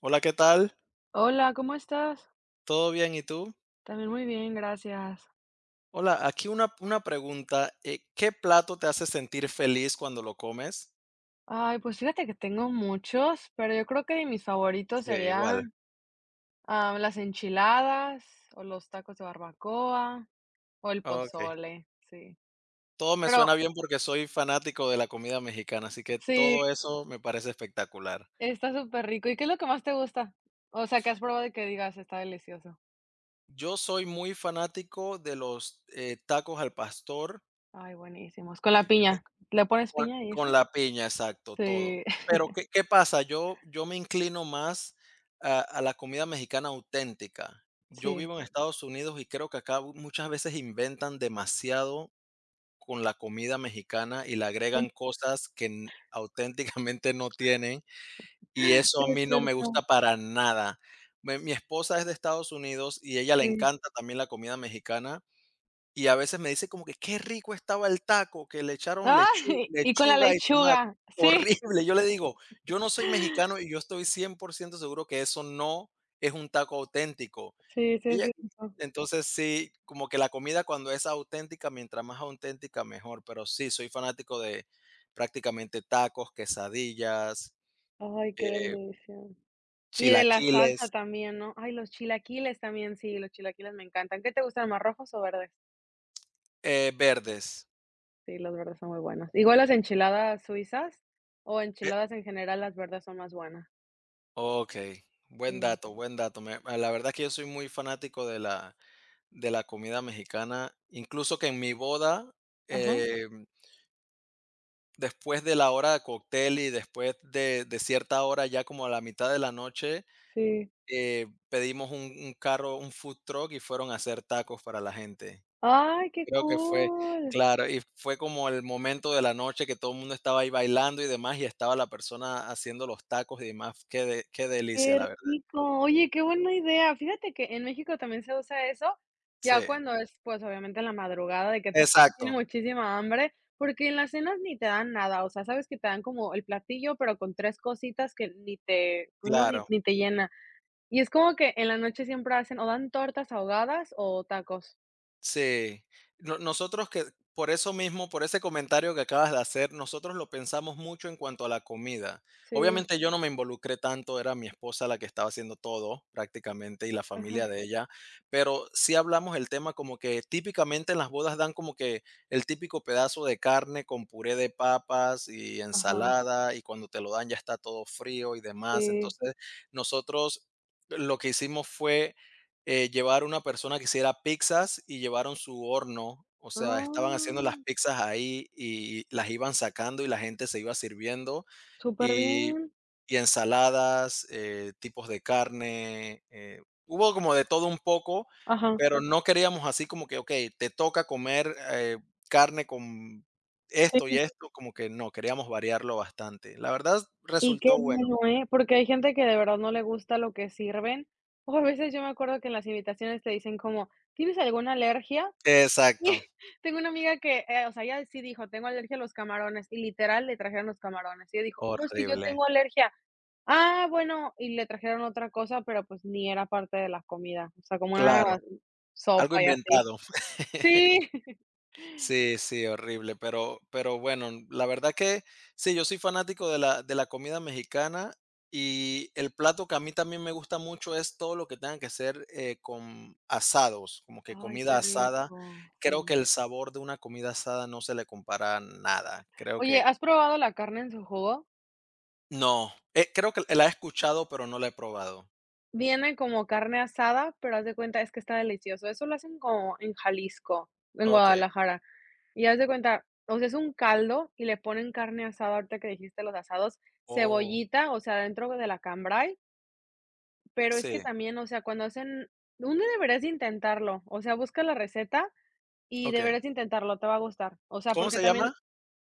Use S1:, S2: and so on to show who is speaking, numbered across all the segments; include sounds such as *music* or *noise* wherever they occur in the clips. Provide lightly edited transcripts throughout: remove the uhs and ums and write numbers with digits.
S1: Hola, ¿qué tal?
S2: Hola, ¿cómo estás?
S1: ¿Todo bien? ¿Y tú?
S2: También muy bien, gracias.
S1: Hola, aquí una pregunta. ¿Qué plato te hace sentir feliz cuando lo comes?
S2: Ay, pues fíjate que tengo muchos, pero yo creo que de mis favoritos
S1: Sí, igual.
S2: serían, ah, las enchiladas, o los tacos de barbacoa, o el
S1: Ok.
S2: pozole, sí.
S1: Todo me
S2: Pero
S1: suena bien porque soy fanático de la comida mexicana, así que
S2: sí,
S1: todo eso me parece espectacular.
S2: está súper rico. ¿Y qué es lo que más te gusta? O sea, ¿qué has probado y que digas, está delicioso?
S1: Yo soy muy fanático de los tacos al pastor.
S2: Ay, buenísimos. Con la piña. ¿Le pones
S1: Con
S2: piña y
S1: con
S2: eso?
S1: la piña, exacto, todo.
S2: Sí, *laughs*
S1: Pero, ¿qué pasa? Yo me inclino más a la comida mexicana auténtica. Yo
S2: sí.
S1: vivo en Estados Unidos y creo que acá muchas veces inventan demasiado con la comida mexicana y le
S2: Sí,
S1: agregan cosas que n auténticamente no tienen,
S2: *laughs*
S1: y
S2: sí,
S1: eso a
S2: es
S1: mí no me
S2: cierto,
S1: gusta para nada. Me mi esposa es de Estados Unidos y ella le
S2: sí.
S1: encanta también la comida mexicana, y a veces me dice como que: "Qué rico estaba el taco, que le echaron lechu
S2: Ay, y con la
S1: lechuga y tomate".
S2: lechuga, sí.
S1: Horrible. Yo le digo: "Yo no soy
S2: *laughs*
S1: mexicano y yo estoy 100% seguro que eso no es un taco auténtico".
S2: Sí, sí es
S1: Ella
S2: cierto.
S1: Entonces sí, como que la comida cuando es auténtica, mientras más auténtica mejor, pero sí, soy fanático de prácticamente tacos, quesadillas,
S2: Ay, qué
S1: eh,
S2: delicia. Y de la
S1: chilaquiles,
S2: salsa también, ¿no? Ay, los chilaquiles también, sí, los chilaquiles me encantan. ¿Qué te gustan más, rojos o verdes?
S1: verdes.
S2: Sí, los verdes son muy buenos. Igual las enchiladas suizas o
S1: Eh,
S2: enchiladas en general, las verdes son más buenas.
S1: Okey, buen
S2: Sí.
S1: dato, buen dato. Me La verdad que yo soy muy fanático de la comida mexicana, incluso que en mi boda,
S2: Ajá,
S1: eh, después de la hora de cóctel y después de cierta hora, ya como a la mitad de la noche,
S2: sí.
S1: pedimos un carro, un food truck, y fueron a hacer tacos para la gente.
S2: Ay, qué
S1: Creo que fue
S2: cool.
S1: Claro, y fue como el momento de la noche que todo el mundo estaba ahí bailando y demás, y estaba la persona haciendo los tacos y demás. Qué delicia,
S2: Qué
S1: la verdad.
S2: rico. Oye, qué buena idea. Fíjate que en México también se usa eso, ya
S1: Sí,
S2: cuando es, pues, obviamente en la madrugada, de que todo el mundo tiene
S1: exacto,
S2: muchísima hambre, porque en las cenas ni te dan nada, o sea, sabes que te dan como el platillo, pero con 3 cositas que ni te pues no, ni
S1: claro.
S2: ni te llena. Y es como que en la noche siempre hacen o dan tortas ahogadas o tacos.
S1: Sí, no, nosotros que por eso mismo, por ese comentario que acabas de hacer, nosotros lo pensamos mucho en cuanto a la comida.
S2: Sí,
S1: Obviamente yo no me involucré tanto, era mi esposa la que estaba haciendo todo prácticamente, y la
S2: ajá,
S1: familia de ella, pero sí hablamos el tema, como que típicamente en las bodas dan como que el típico pedazo de carne con puré de papas y
S2: ajá,
S1: ensalada, y cuando te lo dan ya está todo frío y demás.
S2: sí.
S1: Entonces nosotros lo que hicimos fue llevar una persona que hiciera pizzas, y llevaron su horno. O sea, estaban haciendo las
S2: Ah,
S1: pizzas ahí y las iban sacando y la gente se iba sirviendo
S2: Súper
S1: y,
S2: bien.
S1: y ensaladas, tipos de carne. Hubo como de todo un poco,
S2: Ajá,
S1: pero no queríamos así como que, ok, te toca comer carne con esto
S2: sí.
S1: y esto, como que no, queríamos variarlo bastante. La verdad
S2: Y qué
S1: resultó bueno.
S2: bueno, ¿eh? Porque hay gente que de verdad no le gusta lo que sirven, o a veces yo me acuerdo que en las invitaciones te dicen como: "¿Tienes alguna alergia?".
S1: Exacto.
S2: *laughs* Tengo una amiga que, o sea, ella sí dijo: "Tengo alergia a los camarones", y literal le trajeron los camarones. Y ella dijo: "No, es que yo
S1: Horrible.
S2: tengo alergia". "Ah, bueno", y le trajeron otra cosa, pero pues ni era parte de la comida, o sea, como una
S1: Claro.
S2: Claro.
S1: Algo
S2: sopa y así.
S1: inventado.
S2: Sí.
S1: *laughs*
S2: *laughs*
S1: Sí, sí, horrible, pero bueno, la verdad que sí, yo soy fanático de la comida mexicana, y el plato que a mí también me gusta mucho es todo lo que tenga que ser, con asados, como que
S2: Ay, qué
S1: comida asada.
S2: rico,
S1: Creo que
S2: sí.
S1: el sabor de una comida asada no se le compara a nada. Creo
S2: Oye,
S1: que
S2: ¿has probado la carne en su jugo?
S1: No, creo que la he escuchado, pero no la he probado.
S2: Viene como carne asada, pero haz de cuenta, es que está delicioso. Eso lo hacen como en Jalisco, en
S1: Okey.
S2: Guadalajara. Y haz de cuenta, o sea, es un caldo y le ponen carne asada, ahorita que dijiste los asados,
S1: Oh,
S2: cebollita, o sea, dentro de la cambray, pero es que
S1: sí,
S2: también, o sea, cuando hacen uno deberías de intentarlo, o sea, busca la receta y
S1: okey.
S2: deberías de intentarlo, te va a gustar. O sea,
S1: ¿Cómo
S2: porque
S1: se
S2: también
S1: llama?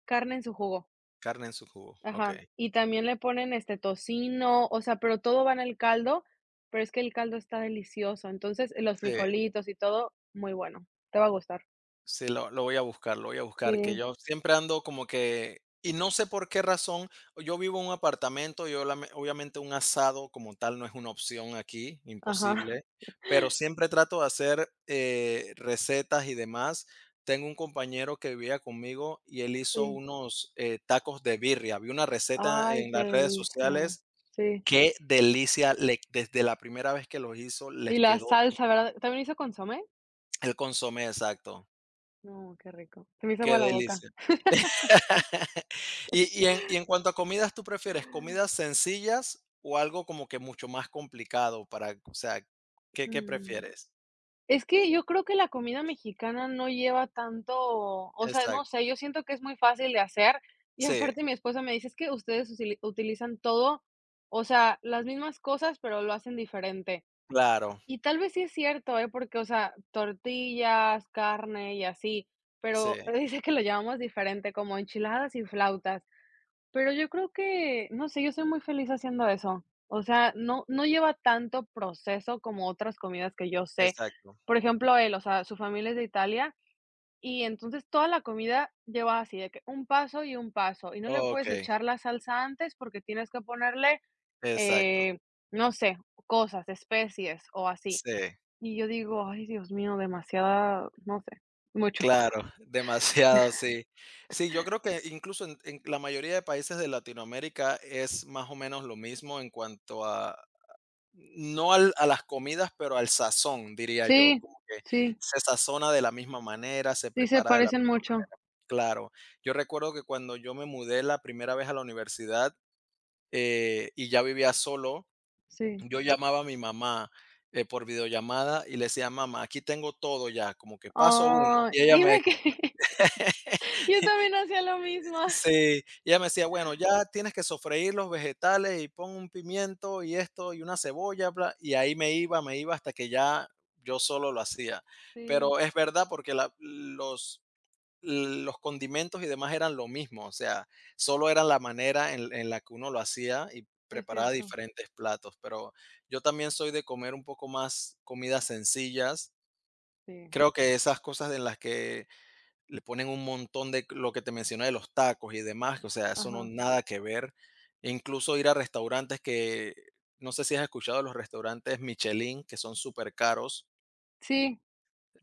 S2: carne en su jugo.
S1: Carne en su jugo,
S2: Ajá,
S1: okey.
S2: y también le ponen, este, tocino, o sea, pero todo va en el caldo, pero es que el caldo está delicioso. Entonces, los
S1: Sí.
S2: frijolitos y todo, muy bueno, te va a gustar.
S1: Sí, lo voy a buscar, lo voy a
S2: Sí,
S1: buscar, que yo siempre ando como que y no sé por qué razón, yo vivo en un apartamento, yo lame obviamente un asado como tal no es una opción aquí,
S2: ajá, *laughs*
S1: imposible, pero siempre trato de hacer, recetas y demás. Tengo un compañero que vivía conmigo y él hizo
S2: sí.
S1: unos, tacos de birria. Vi una receta
S2: Ay,
S1: en
S2: qué
S1: las redes
S2: delicia.
S1: sociales,
S2: Sí.
S1: qué delicia, le desde la primera vez que los hizo
S2: Y
S1: les
S2: la
S1: quedó
S2: salsa, ¿verdad? ¿También hizo consomé?
S1: el consomé, exacto,
S2: No, qué rico. Se me hizo agua
S1: qué
S2: la boca.
S1: delicia. Y en cuanto a comidas, ¿tú prefieres comidas sencillas o algo como que mucho más complicado para, o sea, ¿qué
S2: Mm.
S1: prefieres?
S2: Es que yo creo que la comida mexicana no lleva tanto, o sea, no
S1: Exacto.
S2: sé, yo siento que es muy fácil de hacer y
S1: Sí,
S2: aparte mi esposa me dice: "Es que ustedes usili utilizan todo, o sea, las mismas cosas, pero lo hacen diferente".
S1: claro,
S2: Y tal vez sí es cierto, ¿eh? Porque, o sea, tortillas, carne y así, pero
S1: sí,
S2: *laughs* dice que lo llamamos diferente, como enchiladas y flautas. Pero yo creo que, no sé, yo soy muy feliz haciendo eso. O sea, no lleva tanto proceso como otras comidas que yo sé.
S1: exacto.
S2: Por ejemplo, él, o sea, su familia es de Italia, y entonces toda la comida lleva así de que un paso, y no le
S1: Ok,
S2: puedes echar la salsa antes porque tienes que ponerle,
S1: exacto.
S2: eh, no sé, cosas, especies o así.
S1: Sí,
S2: Y yo digo: "Ay, Dios mío, demasiada, no sé, mucho".
S1: claro, *laughs* demasiado, sí. Sí, yo creo que incluso en la mayoría de países de Latinoamérica es más o menos lo mismo en cuanto a, no a las comidas, pero al sazón, diría yo,
S2: Sí,
S1: como que
S2: sí,
S1: se sazona de la misma manera, se
S2: sí se
S1: prepara de la.
S2: parecen mucho,
S1: Claro. Yo recuerdo que cuando yo me mudé la primera vez a la universidad, y ya vivía solo,
S2: sí.
S1: yo llamaba a mi mamá, por videollamada y le decía: "Mamá, aquí tengo todo ya, como que paso uno".
S2: Ay,
S1: Y ella
S2: dime
S1: me
S2: que *laughs*
S1: *laughs*
S2: Yo también hacía lo mismo.
S1: sí, ella me decía: "Bueno, ya tienes que sofreír los vegetales y pon un pimiento y esto y una cebolla, bla". Y ahí me iba, me iba, hasta que ya yo solo lo hacía.
S2: Sí,
S1: Pero es verdad porque la los condimentos y demás eran lo mismo, o sea, solo era la manera en la que uno lo hacía y
S2: es
S1: preparaba
S2: cierto.
S1: diferentes platos, pero yo también soy de comer un poco más comidas sencillas.
S2: Sí,
S1: Creo que esas cosas en las que le ponen un montón de lo que te mencioné de los tacos y demás, o sea, eso no
S2: ajá.
S1: nada que ver. E incluso ir a restaurantes que, no sé si has escuchado de los restaurantes Michelin, que son súper caros,
S2: Sí,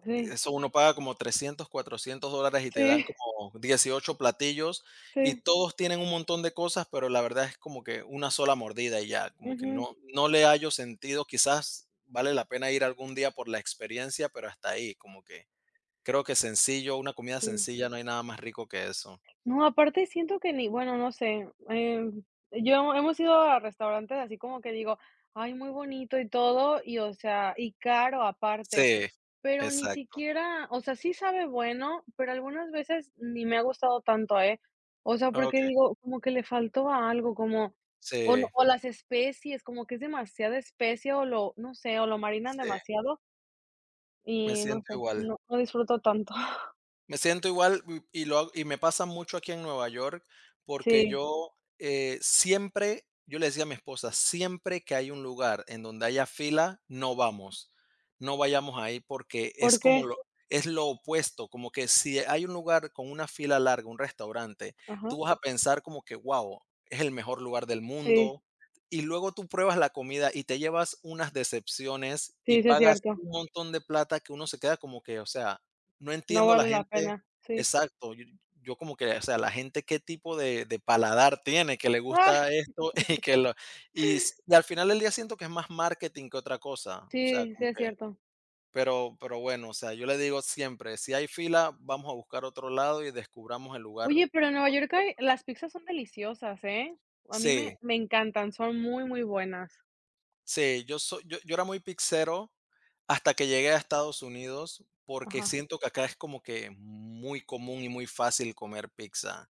S2: sí,
S1: eso uno paga como 300 400 dólares y te
S2: sí,
S1: dan como 18 platillos, y
S2: sí.
S1: todos tienen un montón de cosas, pero la verdad es como que una sola mordida y ya, como que
S2: Ujú,
S1: no le hallo sentido. Quizás vale la pena ir algún día por la experiencia, pero hasta ahí, como que creo que sencillo, una comida
S2: sí.
S1: sencilla, no hay nada más rico que eso.
S2: No, aparte siento que ni bueno, no sé, yo hemos ido a restaurantes así como que digo: "Ay, muy bonito y todo", y, o sea, y caro aparte,
S1: Sí,
S2: pero ni
S1: exacto.
S2: siquiera, o sea, sí sabe bueno, pero algunas veces ni me ha gustado tanto, ¿eh? O sea, porque
S1: Okey,
S2: digo, como que le faltó a algo, como o no
S1: sí,
S2: o las especies, como que es demasiada especie o lo no sé, o lo marinan
S1: sí,
S2: demasiado
S1: me
S2: y no
S1: siento
S2: sé,
S1: igual.
S2: no disfruto tanto. *laughs*
S1: Me siento igual y lo hago y me pasa mucho aquí en Nueva York, porque
S2: Sí,
S1: yo, siempre yo le decía a mi esposa: "Siempre que hay un lugar en donde haya fila, no vamos, no vayamos ahí", porque
S2: ¿por
S1: es como
S2: qué?
S1: lo es lo opuesto, como que si hay un lugar con una fila larga, un restaurante,
S2: Ajá.
S1: tú vas a pensar como que: "Guau, es el mejor lugar del
S2: Sí,
S1: mundo", y luego tú pruebas la comida y te llevas unas decepciones y
S2: sí, sí es
S1: pagas
S2: cierto.
S1: un montón de plata que uno se queda como que, o sea, no
S2: No
S1: entiendo la
S2: vale la
S1: gente,
S2: pena, sí.
S1: exacto, yo como que, o sea, la gente qué tipo de paladar tiene, que le
S2: Ah,
S1: gusta esto *laughs* y que lo y al final del día siento que es más marketing que otra cosa, o sea,
S2: sí, sí
S1: como
S2: es
S1: que
S2: cierto.
S1: pero bueno, o sea, yo le digo siempre: "Si hay fila, vamos a buscar otro lado y descubramos el lugar".
S2: Oye, pero en Nueva York hay las pizzas son deliciosas, ¿eh? A mí me
S1: Sí,
S2: me encantan, son muy, muy buenas.
S1: sí, yo soy yo yo era muy pixero hasta que llegué a Estados Unidos, porque
S2: Ajá,
S1: siento que acá es como que muy común y muy fácil comer pizza.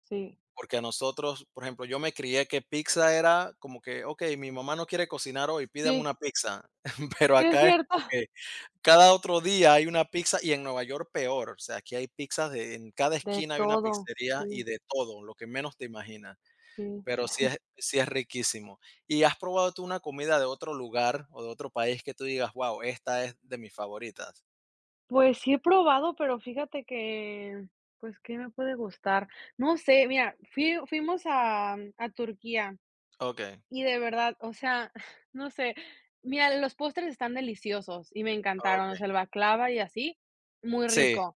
S2: sí,
S1: Porque a nosotros, por ejemplo, yo me crié que pizza era como que, okey, mi mamá no quiere cocinar hoy, pidan
S2: sí,
S1: una pizza. *laughs* Pero
S2: sí es
S1: acá es
S2: cierto.
S1: como que
S2: *laughs*
S1: cada otro día hay una pizza, y en Nueva York peor. O sea, aquí hay pizzas de en cada
S2: De
S1: esquina hay una
S2: todo,
S1: pizzería y
S2: sí,
S1: de todo, lo que menos te imaginas.
S2: sí.
S1: Pero sí es riquísimo. ¿Y has probado tú una comida de otro lugar o de otro país que tú digas: "Guau, esta es de mis favoritas"?
S2: Pues sí he probado, pero fíjate que, pues, ¿qué me puede gustar? No sé, mira, fuimos a Turquía.
S1: Okey,
S2: Y de verdad, o sea, *laughs* no sé. Mira, los postres están deliciosos y me encantaron, o
S1: okey.
S2: sea, el baklava y así, muy
S1: Sí.
S2: rico,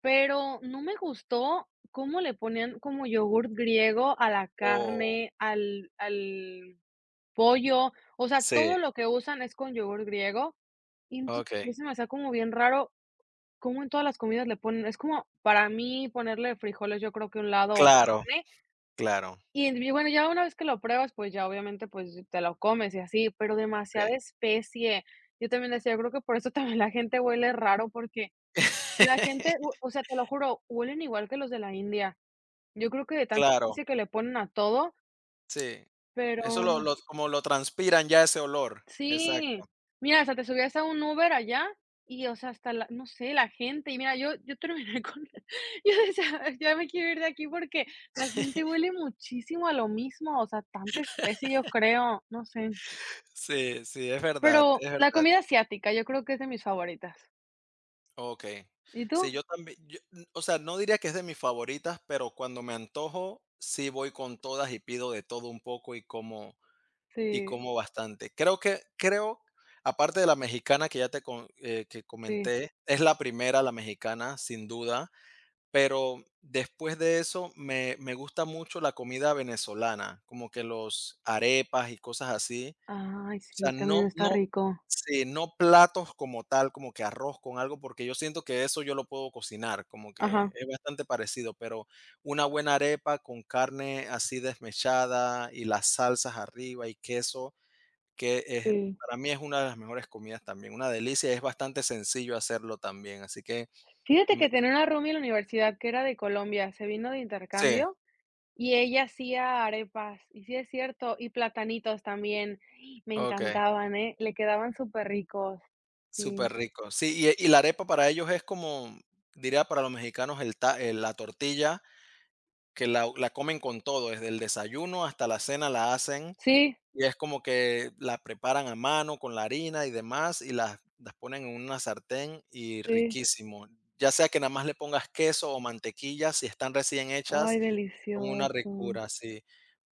S2: pero no me gustó cómo le ponían como yogurt griego a la
S1: Oh,
S2: carne, al pollo, o sea,
S1: sí,
S2: todo lo que usan es con yogurt griego, y entonces a mí
S1: okey.
S2: se me hacía como bien raro cómo en todas las comidas le ponen es como, para mí, ponerle frijoles, yo creo que a un lado o
S1: Claro,
S2: carne,
S1: claro.
S2: y en y bueno, ya una vez que lo pruebas, pues ya obviamente, pues te lo comes y así, pero
S1: Sí.
S2: demasiada especie. Yo también decía, creo que por eso también la gente huele raro, porque la gente, o
S1: *laughs*
S2: o sea, te lo juro, huelen igual que los de la India. Yo creo que de tanta
S1: Claro,
S2: especie que le ponen a todo,
S1: sí.
S2: pero
S1: Eso lo como lo transpiran ya ese olor. Exacto.
S2: sí. Mira, hasta te subías a un Uber allá y, o sea, hasta la no sé, la gente. Y mira, yo terminé con *laughs* yo decía: "Ya me quiero ir de aquí", porque la gente
S1: *laughs*
S2: huele muchísimo a lo mismo, o sea, tanta especie, yo creo, no sé.
S1: Sí, sí, es verdad,
S2: Pero
S1: es
S2: la
S1: verdad.
S2: comida asiática, yo creo que es de mis favoritas.
S1: Okey.
S2: ¿Y tú?
S1: Sí, yo también, yo, mm, o sea, no diría que es de mis favoritas, pero cuando me antojo, sí voy con todas y pido de todo un poco y
S2: Sí,
S1: como bastante. Creo que creo, aparte de la mexicana que ya te co que
S2: sí.
S1: comenté, es la primera, la mexicana, sin duda. Pero después de eso me gusta mucho la comida venezolana, como que los arepas y cosas así.
S2: Ay,
S1: O
S2: sí,
S1: sea,
S2: también
S1: no
S2: está
S1: no
S2: rico.
S1: sí, no platos como tal, como que arroz con algo, porque yo siento que eso yo lo puedo cocinar, como que
S2: Ajá,
S1: es bastante parecido, pero una buena arepa con carne así desmechada y las salsas arriba y queso, que es
S2: sí.
S1: para mí es una de las mejores comidas también, una delicia, es bastante sencillo hacerlo también, así que
S2: Fíjate
S1: me
S2: que tenía una roomie en la universidad que era de Colombia, se vino de
S1: sí,
S2: intercambio y ella hacía arepas, y sí es cierto, y platanitos también. ¡Ay! Me
S1: okey.
S2: encantaban, ¿eh? Le quedaban súper ricos Sí.
S1: Súper rico. Sí, y la arepa para ellos es como, diría para los mexicanos, el ta la tortilla, que la comen con todo, desde el desayuno hasta la cena la hacen,
S2: Sí,
S1: y es como que la preparan a mano con la harina y demás, y las ponen en una sartén y
S2: sí.
S1: riquísimo. Ya sea que nada más le pongas queso o mantequilla, si están recién
S2: Ay,
S1: hechas, son una
S2: delicioso.
S1: ricura, sí.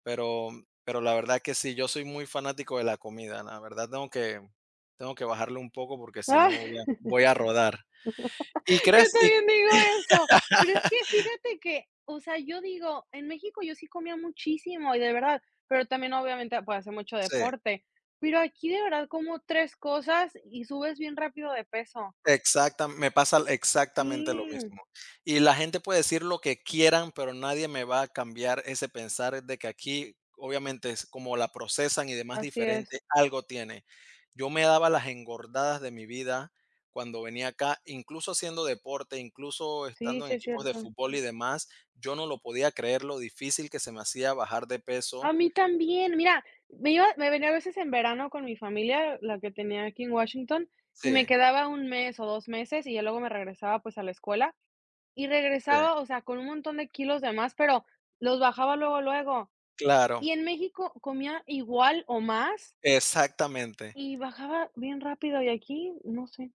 S1: Pero pero la verdad que sí, yo soy muy fanático de la comida, la verdad tengo que bajarle un poco, porque si no
S2: *laughs*
S1: voy a rodar. ¿Y
S2: Yo
S1: crees? Y
S2: también digo eso, pero es que fíjate que, o sea, yo digo, en México yo sí comía muchísimo y de verdad, pero también obviamente, pues, hacía mucho
S1: sí.
S2: deporte, pero aquí de verdad como 3 cosas y subes bien rápido de peso.
S1: Exacta, me pasa exactamente lo
S2: Sí,
S1: mismo. Y la gente puede decir lo que quieran, pero nadie me va a cambiar ese pensar de que aquí, obviamente, es como la procesan y demás
S2: así
S1: diferente,
S2: es.
S1: algo tiene. Yo me daba las engordadas de mi vida cuando venía acá, incluso haciendo deporte, incluso
S2: Sí,
S1: estando en
S2: sí es
S1: equipos de
S2: cierto.
S1: fútbol y demás, yo no lo podía creer lo difícil que se me hacía bajar de
S2: A
S1: peso.
S2: mí también, mira, me iba me venía a veces en verano con mi familia, la que tenía aquí en Washington, y me
S1: Sí,
S2: quedaba un mes o 2 meses y ya luego me regresaba, pues, a la escuela, Y
S1: sí,
S2: regresaba, o sea, con un montón de kilos de más, pero los bajaba luego, luego.
S1: claro,
S2: Y en México comía igual o más
S1: exactamente.
S2: y bajaba bien rápido, y aquí no sé.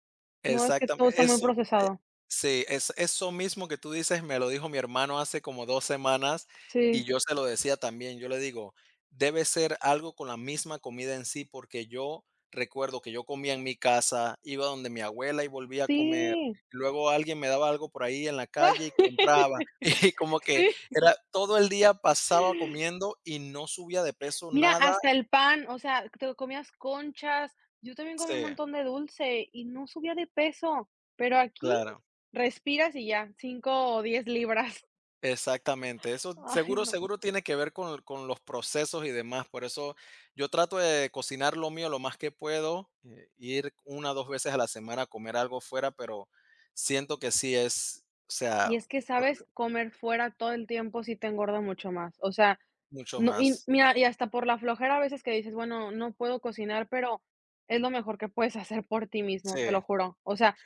S2: No, es que
S1: Exactamente,
S2: todo está muy
S1: eso, eh,
S2: procesado.
S1: sí, es eso mismo que tú dices me lo dijo mi hermano hace como 2 semanas,
S2: Sí,
S1: y yo se lo decía también. Yo le digo: "Debe ser algo con la misma comida en sí", porque yo recuerdo que yo comía en mi casa, iba donde mi abuela y volvía a comer.
S2: sí.
S1: Luego alguien me daba algo por ahí en la calle y
S2: *laughs*
S1: compraba, *laughs* y como que
S2: Sí.
S1: era todo el día, pasaba comiendo y no subía de peso
S2: Mira,
S1: nada.
S2: hasta el pan, o sea, te comías conchas. Yo también comí
S1: Sí,
S2: un montón de dulce y no subía de peso, pero aquí
S1: claro.
S2: respiras y ya, 5 o 10 libras.
S1: Exactamente, eso
S2: *laughs* Ay,
S1: seguro
S2: no.
S1: seguro tiene que ver con los procesos y demás, por eso yo trato de cocinar lo mío lo más que puedo, ir una o 2 veces a la semana a comer algo fuera, pero siento que sí es, o
S2: Y
S1: sea,
S2: es que,
S1: por
S2: ¿sabes? Comer fuera todo el tiempo sí te engorda mucho más. O sea,
S1: mucho
S2: no y
S1: más.
S2: mira, y hasta por la flojera a veces que dices: "Bueno, no puedo cocinar", pero es lo mejor que puedes *laughs* hacer por ti mismo, te
S1: Sí,
S2: lo juro. O sea,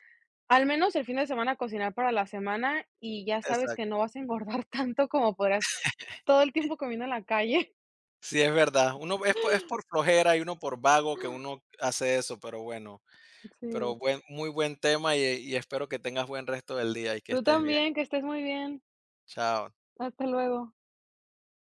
S2: al menos el fin de semana cocinar para la semana y ya sabes que
S1: exacto.
S2: no vas a engordar *laughs* tanto como podrás todo el tiempo comiendo en la calle. *laughs*
S1: Sí, es verdad. Uno es por flojera y uno por vago que uno hace eso, pero bueno,
S2: Sí.
S1: pero buen muy buen tema, y espero que tengas buen resto del día y que
S2: Tú
S1: estés bien.
S2: también, que estés muy bien.
S1: Chao.
S2: Hasta luego.